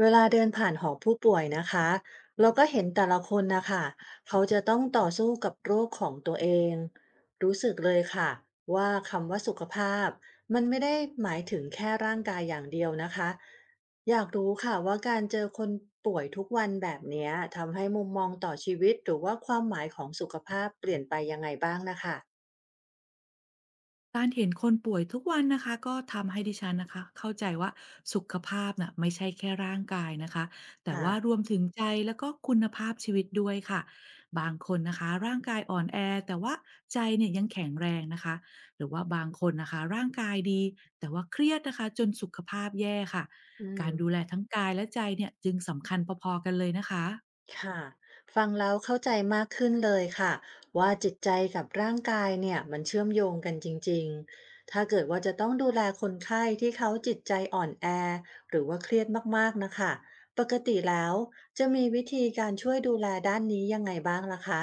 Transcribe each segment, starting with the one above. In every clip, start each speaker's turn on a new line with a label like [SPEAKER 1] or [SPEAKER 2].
[SPEAKER 1] เวลาเดินผ่านหอผู้ป่วยนะคะเราก็เห็นแต่ละคนนะคะเขาจะต้องต่อสู้กับโรคของตัวเองรู้สึกเลยค่ะว่าคำว่าสุขภาพมันไม่ได้หมายถึงแค่ร่างกายอย่างเดียวนะคะอยากรู้ค่ะว่าการเจอคนป่วยทุกวันแบบเนี้ยทำให้มุมมองต่อชีวิตหรือว่าความหมายของสุขภาพเปลี่ยนไปยังไงบ้างนะคะ
[SPEAKER 2] การเห็นคนป่วยทุกวันนะคะก็ทำให้ดิฉันนะคะเข้าใจว่าสุขภาพน่ะไม่ใช่แค่ร่างกายนะคะแต่
[SPEAKER 1] ค่ะ
[SPEAKER 2] ว่ารวมถึงใจแล้วก็คุณภาพชีวิตด้วยค่ะบางคนนะคะร่างกายอ่อนแอแต่ว่าใจเนี่ยยังแข็งแรงนะคะหรือว่าบางคนนะคะร่างกายดีแต่ว่าเครียดนะคะจนสุขภาพแย่ค่ะ
[SPEAKER 1] อื
[SPEAKER 2] กา
[SPEAKER 1] ม
[SPEAKER 2] รดูแลทั้งกายและใจเนี่ยจึงสำคัญพอๆกันเลยนะคะ
[SPEAKER 1] ค่ะฟังแล้วเข้าใจมากขึ้นเลยค่ะว่าจิตใจกับร่างกายเนี่ยมันเชื่อมโยงกันจริงๆถ้าเกิดว่าจะต้องดูแลคนไข้ที่เขาจิตใจอ่อนแอหรือว่าเครียดมากๆนะคะปกติแล้วจะมีวิธีการช่วยดูแลด้านนี้ยังไงบ้างล่ะคะ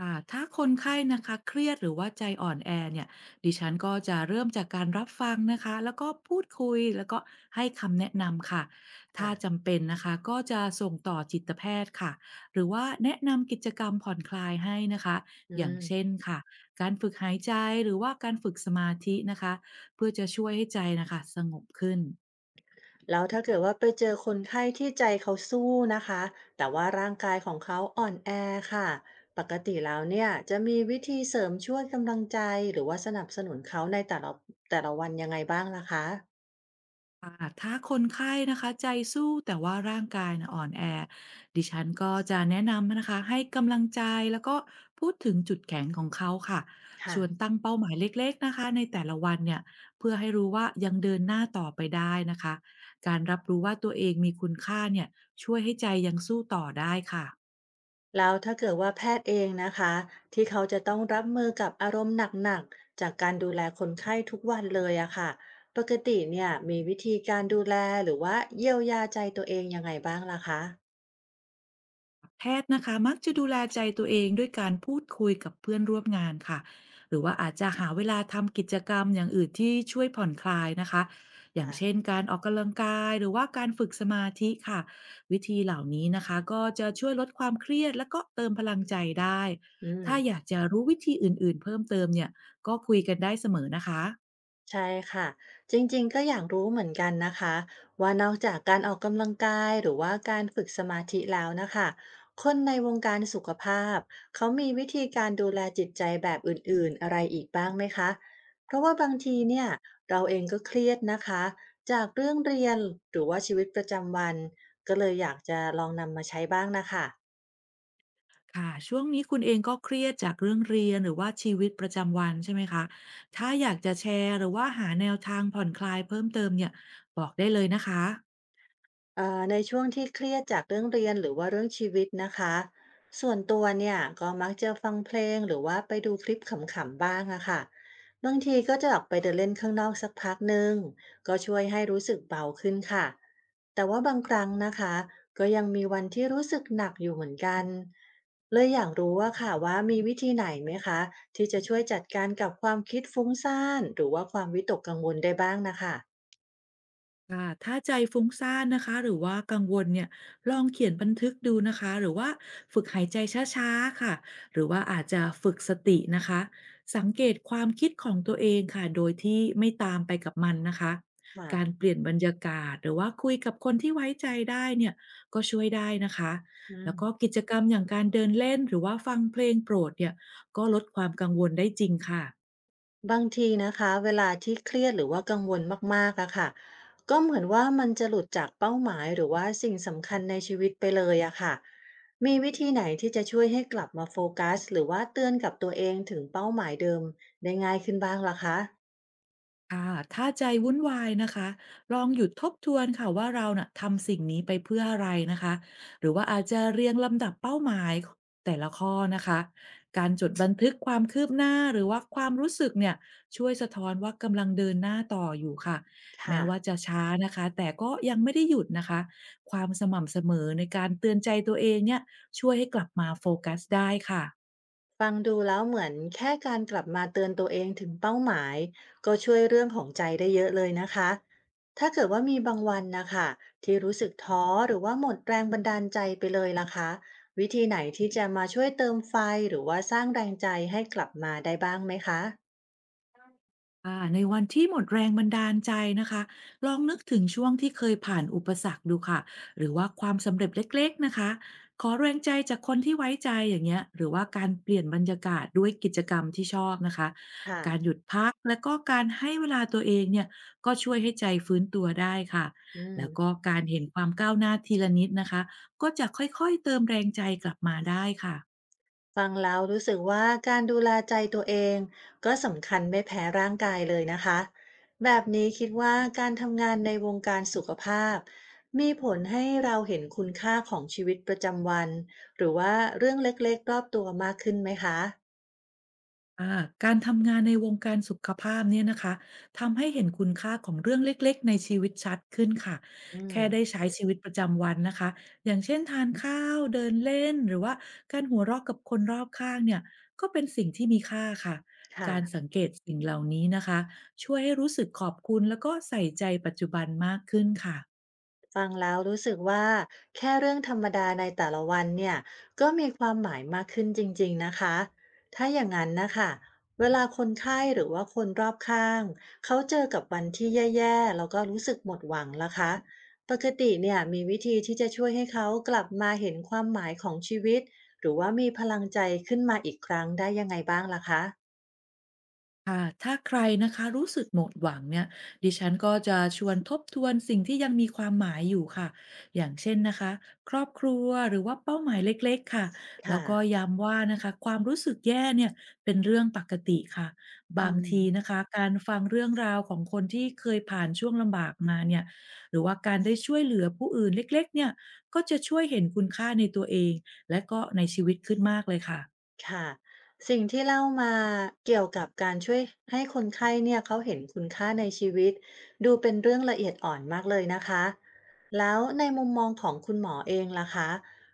[SPEAKER 2] ค่ะถ้าคนไข้นะคะเครียดหรือว่าใจอ่อนแอเนี่ยดิฉันก็จะเริ่มจากการรับฟังนะคะแล้วก็พูดคุยแล้วก็ให้คำแนะนำค่ะถ้า
[SPEAKER 1] ค่ะ
[SPEAKER 2] จำเป็นนะคะก็จะส่งต่อจิตแพทย์ค่ะหรือว่าแนะนำกิจกรรมผ่อนคลายให้นะคะ
[SPEAKER 1] อื
[SPEAKER 2] อย่างเช่
[SPEAKER 1] ม
[SPEAKER 2] นค่ะการฝึกหายใจหรือว่าการฝึกสมาธินะคะเพื่อจะช่วยให้ใจนะคะสงบขึ้น
[SPEAKER 1] แล้วถ้าเกิดว่าไปเจอคนไข้ที่ใจเขาสู้นะคะแต่ว่าร่างกายของเขาอ่อนแอค่ะปกติแล้วเนี่ยจะมีวิธีเสริมช่วยกำลังใจหรือว่าสนับสนุนเขาในแต่ละวันยังไงบ้างล่ะคะ
[SPEAKER 2] ค่ะถ้าคนไข้นะคะใจสู้แต่ว่าร่างกายนะอ่อนแอดิฉันก็จะแนะนำนะคะให้กำลังใจแล้วก็พูดถึงจุดแข็งของเขาค่ะช
[SPEAKER 1] ค่ะ
[SPEAKER 2] วนตั้งเป้าหมายเล็กๆนะคะในแต่ละวันเนี่ยเพื่อให้รู้ว่ายังเดินหน้าต่อไปได้นะคะการรับรู้ว่าตัวเองมีคุณค่าเนี่ยช่วยให้ใจยังสู้ต่อได้ค่ะ
[SPEAKER 1] แล้วถ้าเกิดว่าแพทย์เองนะคะที่เขาจะต้องรับมือกับอารมณ์หนักๆจากการดูแลคนไข้ทุกวันเลยอะค่ะปกติเนี่ยมีวิธีการดูแลหรือว่าเยียวยาใจตัวเองยังไงบ้างล่ะคะ
[SPEAKER 2] แพทย์นะคะมักจะดูแลใจตัวเองด้วยการพูดคุยกับเพื่อนร่วมงานค่ะหรือว่าอาจจะหาเวลาทำกิจกรรมอย่างอื่นที่ช่วยผ่อนคลายนะคะอย่าง
[SPEAKER 1] ค่ะ
[SPEAKER 2] เช่นการออกกำลังกายหรือว่าการฝึกสมาธิค่ะวิธีเหล่านี้นะคะก็จะช่วยลดความเครียดและก็เติมพลังใจได้
[SPEAKER 1] อืม
[SPEAKER 2] ถ้าอยากจะรู้วิธีอื่นๆเพิ่มเติมเนี่ยก็คุยกันได้เสมอนะคะ
[SPEAKER 1] ใช่ค่ะจริงๆก็อยากรู้เหมือนกันนะคะว่านอกจากการออกกำลังกายหรือว่าการฝึกสมาธิแล้วนะคะคนในวงการสุขภาพเขามีวิธีการดูแลจิตใจแบบอื่นๆอะไรอีกบ้างไหมคะเพราะว่าบางทีเนี่ยเราเองก็เครียดนะคะจากเรื่องเรียนหรือว่าชีวิตประจำวันก็เลยอยากจะลองนำมาใช้บ้างนะคะ
[SPEAKER 2] ค่ะช่วงนี้คุณเองก็เครียดจากเรื่องเรียนหรือว่าชีวิตประจำวันใช่ไหมคะถ้าอยากจะแชร์หรือว่าหาแนวทางผ่อนคลายเพิ่มเติมเนี่ยบอกได้เลยนะคะ
[SPEAKER 1] ในช่วงที่เครียดจากเรื่องเรียนหรือว่าเรื่องชีวิตนะคะส่วนตัวเนี่ยก็มักจะฟังเพลงหรือว่าไปดูคลิปขำๆบ้างอะค่ะบางทีก็จะออกไปเดินเล่นข้างนอกสักพักหนึ่งก็ช่วยให้รู้สึกเบาขึ้นค่ะแต่ว่าบางครั้งนะคะก็ยังมีวันที่รู้สึกหนักอยู่เหมือนกันเลยอยากรู้ว่าค่ะว่ามีวิธีไหนไหมคะที่จะช่วยจัดการกับความคิดฟุ้งซ่านหรือว่าความวิตกกังวลได้บ้างนะคะ
[SPEAKER 2] ค่ะถ้าใจฟุ้งซ่านนะคะหรือว่ากังวลเนี่ยลองเขียนบันทึกดูนะคะหรือว่าฝึกหายใจช้าๆค่ะหรือว่าอาจจะฝึกสตินะคะสังเกตความคิดของตัวเองค่ะโดยที่ไม่ตามไปกับมันนะคะ
[SPEAKER 1] ค่ะ
[SPEAKER 2] การเปลี่ยนบรรยากาศหรือว่าคุยกับคนที่ไว้ใจได้เนี่ยก็ช่วยได้นะคะ
[SPEAKER 1] อื
[SPEAKER 2] แล้
[SPEAKER 1] ม
[SPEAKER 2] วก็กิจกรรมอย่างการเดินเล่นหรือว่าฟังเพลงโปรดเนี่ยก็ลดความกังวลได้จริงค่ะ
[SPEAKER 1] บางทีนะคะเวลาที่เครียดหรือว่ากังวลมากๆอะค่ะก็เหมือนว่ามันจะหลุดจากเป้าหมายหรือว่าสิ่งสำคัญในชีวิตไปเลยอะค่ะมีวิธีไหนที่จะช่วยให้กลับมาโฟกัสหรือว่าเตือนกับตัวเองถึงเป้าหมายเดิมได้ง่ายขึ้นบ้างล่ะคะ
[SPEAKER 2] ค่ะถ้าใจวุ่นวายนะคะลองหยุดทบทวนค่ะว่าเราน่ะทำสิ่งนี้ไปเพื่ออะไรนะคะหรือว่าอาจจะเรียงลำดับเป้าหมายแต่ละข้อนะคะการจดบันทึกความคืบหน้าหรือว่าความรู้สึกเนี่ยช่วยสะท้อนว่ากำลังเดินหน้าต่ออยู่ค่ะแม้
[SPEAKER 1] ค่ะ
[SPEAKER 2] ว่าจะช้านะคะแต่ก็ยังไม่ได้หยุดนะคะความสม่ำเสมอในการเตือนใจตัวเองเนี่ยช่วยให้กลับมาโฟกัสได้ค่ะ
[SPEAKER 1] ฟังดูแล้วเหมือนแค่การกลับมาเตือนตัวเองถึงเป้าหมายก็ช่วยเรื่องของใจได้เยอะเลยนะคะ ถ้าเกิดว่ามีบางวันนะคะที่รู้สึกท้อหรือว่าหมดแรงบันดาลใจไปเลยล่ะคะวิธีไหนที่จะมาช่วยเติมไฟหรือว่าสร้างแรงใจให้กลับมาได้บ้างไหมคะ
[SPEAKER 2] ในวันที่หมดแรงบันดาลใจนะคะลองนึกถึงช่วงที่เคยผ่านอุปสรรคดูค่ะหรือว่าความสำเร็จเล็กๆนะคะขอแรงใจจากคนที่ไว้ใจอย่างเงี้ยหรือว่าการเปลี่ยนบรรยากาศด้วยกิจกรรมที่ชอบนะคะ
[SPEAKER 1] ค่ะ
[SPEAKER 2] การหยุดพักและก็การให้เวลาตัวเองเนี่ยก็ช่วยให้ใจฟื้นตัวได้ค่ะ
[SPEAKER 1] อืม
[SPEAKER 2] แล้วก็การเห็นความก้าวหน้าทีละนิดนะคะก็จะค่อยๆเติมแรงใจกลับมาได้ค่ะ
[SPEAKER 1] ฟังแล้วรู้สึกว่าการดูแลใจตัวเองก็สำคัญไม่แพ้ร่างกายเลยนะคะแบบนี้คิดว่าการทำงานในวงการสุขภาพมีผลให้เราเห็นคุณค่าของชีวิตประจำวันหรือว่าเรื่องเล็กๆรอบตัวมากขึ้นไหมคะ
[SPEAKER 2] อาการทำงานในวงการสุขภาพเนี่ยนะคะทำให้เห็นคุณค่าของเรื่องเล็กๆในชีวิตชัดขึ้นค่ะ
[SPEAKER 1] อืม
[SPEAKER 2] แค่ได้ใช้ชีวิตประจำวันนะคะอย่างเช่นทานข้าวเดินเล่นหรือว่าการหัวเราะกับคนรอบข้างเนี่ยก็เป็นสิ่งที่มีค่าค่ะ
[SPEAKER 1] ค่ะ
[SPEAKER 2] การสังเกตสิ่งเหล่านี้นะคะช่วยให้รู้สึกขอบคุณแล้วก็ใส่ใจปัจจุบันมากขึ้นค่ะ
[SPEAKER 1] ฟังแล้วรู้สึกว่าแค่เรื่องธรรมดาในแต่ละวันเนี่ยก็มีความหมายมากขึ้นจริงๆนะคะถ้าอย่างนั้นนะคะเวลาคนไข้หรือว่าคนรอบข้างเขาเจอกับวันที่แย่ๆแล้วก็รู้สึกหมดหวังล่ะคะปกติเนี่ยมีวิธีที่จะช่วยให้เขากลับมาเห็นความหมายของชีวิตหรือว่ามีพลังใจขึ้นมาอีกครั้งได้ยังไงบ้างล่ะคะ
[SPEAKER 2] ค่ะถ้าใครนะคะรู้สึกหมดหวังเนี่ยดิฉันก็จะชวนทบทวนสิ่งที่ยังมีความหมายอยู่ค่ะอย่างเช่นนะคะครอบครัวหรือว่าเป้าหมายเล็กๆค่ะแล้ว
[SPEAKER 1] ค่ะ
[SPEAKER 2] ก็ย้ำว่านะคะความรู้สึกแย่เนี่ยเป็นเรื่องปกติค่ะ
[SPEAKER 1] อื
[SPEAKER 2] บาง
[SPEAKER 1] ม
[SPEAKER 2] ทีนะคะการฟังเรื่องราวของคนที่เคยผ่านช่วงลำบากมาเนี่ยหรือว่าการได้ช่วยเหลือผู้อื่นเล็กๆเนี่ยก็จะช่วยเห็นคุณค่าในตัวเองและก็ในชีวิตขึ้นมากเลยค่ะ
[SPEAKER 1] ค่ะสิ่งที่เล่ามาเกี่ยวกับการช่วยให้คนไข้เนี่ยเขาเห็นคุณค่าในชีวิตดูเป็นเรื่องละเอียดอ่อนมากเลยนะคะแล้วในมุมมองของคุณหมอเองล่ะคะ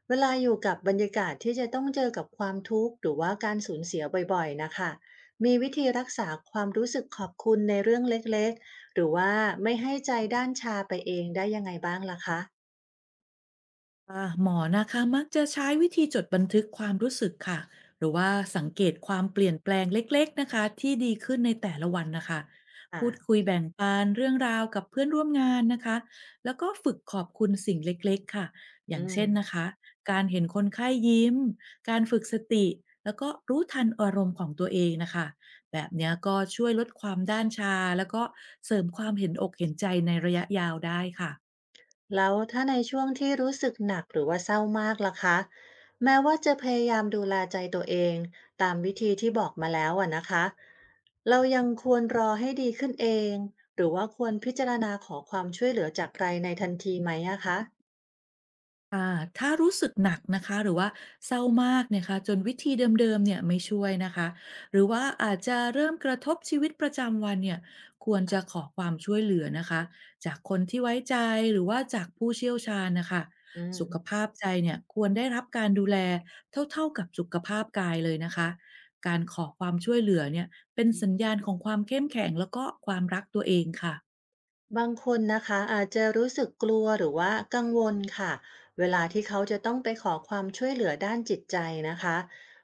[SPEAKER 1] เวลาอยู่กับบรรยากาศที่จะต้องเจอกับความทุกข์หรือว่าการสูญเสียบ่อยๆนะคะมีวิธีรักษาความรู้สึกขอบคุณในเรื่องเล็กๆหรือว่าไม่ให้ใจด้านชาไปเองได้ยังไงบ้างล่ะคะ
[SPEAKER 2] หมอนะคะมักจะใช้วิธีจดบันทึกความรู้สึกค่ะหรือว่าสังเกตความเปลี่ยนแปลงเล็กๆนะคะที่ดีขึ้นในแต่ละวันนะคะ
[SPEAKER 1] อ่า
[SPEAKER 2] พูดคุยแบ่งปันเรื่องราวกับเพื่อนร่วมงานนะคะแล้วก็ฝึกขอบคุณสิ่งเล็กๆค่ะอ
[SPEAKER 1] อื
[SPEAKER 2] ย่าง
[SPEAKER 1] ม
[SPEAKER 2] เช่นนะคะการเห็นคนไข้ยิ้มการฝึกสติแล้วก็รู้ทันอารมณ์ของตัวเองนะคะแบบเนี้ยก็ช่วยลดความด้านชาแล้วก็เสริมความเห็นอกเห็นใจในระยะยาวได้ค่ะ
[SPEAKER 1] แล้วถ้าในช่วงที่รู้สึกหนักหรือว่าเศร้ามากล่ะคะแม้ว่าจะพยายามดูแลใจตัวเองตามวิธีที่บอกมาแล้วอะนะคะเรายังควรรอให้ดีขึ้นเองหรือว่าควรพิจารณาขอความช่วยเหลือจากใครในทันทีไหมอะคะ
[SPEAKER 2] ถ้ารู้สึกหนักนะคะหรือว่าเศร้ามากเนี่ยค่ะจนวิธีเดิมๆเนี่ยไม่ช่วยนะคะหรือว่าอาจจะเริ่มกระทบชีวิตประจำวันเนี่ยควรจะขอความช่วยเหลือนะคะจากคนที่ไว้ใจหรือว่าจากผู้เชี่ยวชาญนะคะ
[SPEAKER 1] อื
[SPEAKER 2] สุข
[SPEAKER 1] ม
[SPEAKER 2] ภาพใจเนี่ยควรได้รับการดูแลเท่าๆกับสุขภาพกายเลยนะคะการขอความช่วยเหลือเนี่ยเป็นสัญญาณของความเข้มแข็งแล้วก็ความรักตัวเองค่ะ
[SPEAKER 1] บางคนนะคะอาจจะรู้สึกกลัวหรือว่ากังวลค่ะเวลาที่เขาจะต้องไปขอความช่วยเหลือด้านจิตใจนะคะ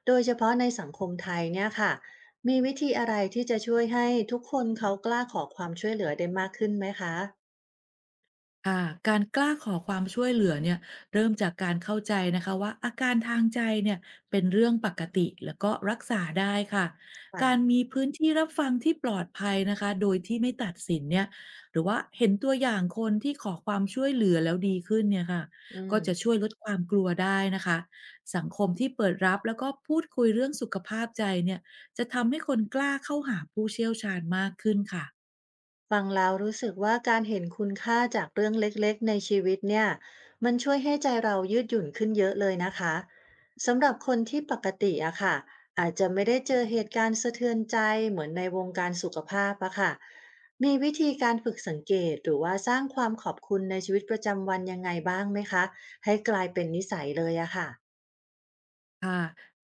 [SPEAKER 1] โดยเฉพาะในสังคมไทยเนี่ยค่ะมีวิธีอะไรที่จะช่วยให้ทุกคนเขากล้าขอความช่วยเหลือได้มากขึ้นไหมคะ
[SPEAKER 2] ค่ะการกล้าขอความช่วยเหลือเนี่ยเริ่มจากการเข้าใจนะคะว่าอาการทางใจเนี่ยเป็นเรื่องปกติแล้วก็รักษาได้ค่ะ
[SPEAKER 1] ค่ะ
[SPEAKER 2] การมีพื้นที่รับฟังที่ปลอดภัยนะคะโดยที่ไม่ตัดสินเนี่ยหรือว่าเห็นตัวอย่างคนที่ขอความช่วยเหลือแล้วดีขึ้นเนี่ยค่ะ
[SPEAKER 1] อื
[SPEAKER 2] ก็
[SPEAKER 1] ม
[SPEAKER 2] จะช่วยลดความกลัวได้นะคะสังคมที่เปิดรับแล้วก็พูดคุยเรื่องสุขภาพใจเนี่ยจะทำให้คนกล้าเข้าหาผู้เชี่ยวชาญมากขึ้นค่ะ
[SPEAKER 1] ฟังแล้วรู้สึกว่าการเห็นคุณค่าจากเรื่องเล็กๆในชีวิตเนี่ยมันช่วยให้ใจเรายืดหยุ่นขึ้นเยอะเลยนะคะสำหรับคนที่ปกติอะค่ะอาจจะไม่ได้เจอเหตุการณ์สะเทือนใจเหมือนในวงการสุขภาพอะค่ะมีวิธีการฝึกสังเกตหรือว่าสร้างความขอบคุณในชีวิตประจำวันยังไงบ้างไหมคะให้กลายเป็นนิสัยเลยอะค่ะ
[SPEAKER 2] ค่ะ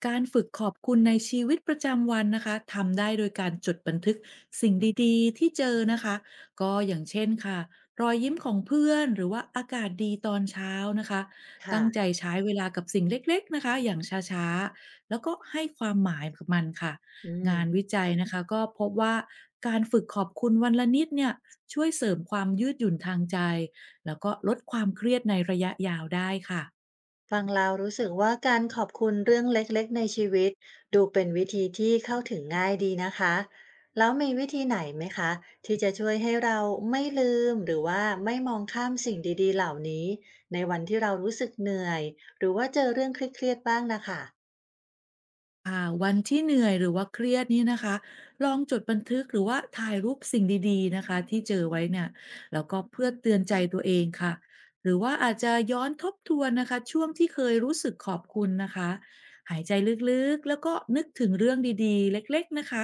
[SPEAKER 2] การฝึกขอบคุณในชีวิตประจำวันนะคะทำได้โดยการจดบันทึกสิ่งดีๆที่เจอนะคะก็อย่างเช่นค่ะรอยยิ้มของเพื่อนหรือว่าอากาศดีตอนเช้านะคะ
[SPEAKER 1] ค่ะ
[SPEAKER 2] ตั้งใจใช้เวลากับสิ่งเล็กๆนะคะอย่างช้าๆแล้วก็ให้ความหมายกับมันค่ะ
[SPEAKER 1] อื
[SPEAKER 2] งาน
[SPEAKER 1] ม
[SPEAKER 2] วิจัยนะคะก็พบว่าการฝึกขอบคุณวันละนิดเนี่ยช่วยเสริมความยืดหยุ่นทางใจแล้วก็ลดความเครียดในระยะยาวได้ค่ะ
[SPEAKER 1] ฟังแล้วรู้สึกว่าการขอบคุณเรื่องเล็กๆในชีวิตดูเป็นวิธีที่เข้าถึงง่ายดีนะคะแล้วมีวิธีไหนไหมคะที่จะช่วยให้เราไม่ลืมหรือว่าไม่มองข้ามสิ่งดีๆเหล่านี้ในวันที่เรารู้สึกเหนื่อยหรือว่าเจอเรื่องเครียดๆบ้างนะค่ะ
[SPEAKER 2] วันที่เหนื่อยหรือว่าเครียดนี่นะคะลองจดบันทึกหรือว่าถ่ายรูปสิ่งดีๆนะคะที่เจอไว้เนี่ยแล้วก็เพื่อเตือนใจตัวเองค่ะหรือว่าอาจจะย้อนทบทวนนะคะช่วงที่เคยรู้สึกขอบคุณนะคะหายใจลึกๆแล้วก็นึกถึงเรื่องดีๆเล็กๆนะคะ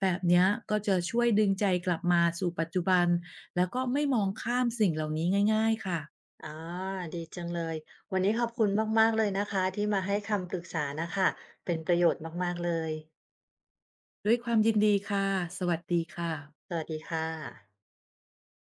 [SPEAKER 2] แบบเนี้ยก็จะช่วยดึงใจกลับมาสู่ปัจจุบันแล้วก็ไม่มองข้ามสิ่งเหล่านี้ง่ายๆค่ะ
[SPEAKER 1] ออดีจังเลยวันนี้ขอบคุณมากๆเลยนะคะที่มาให้คำปรึกษานะคะเป็นประโยชน์มากๆเลย
[SPEAKER 2] ด้วยความยินดีค่ะสวัสดีค่ะ
[SPEAKER 1] สวัสดีค่ะ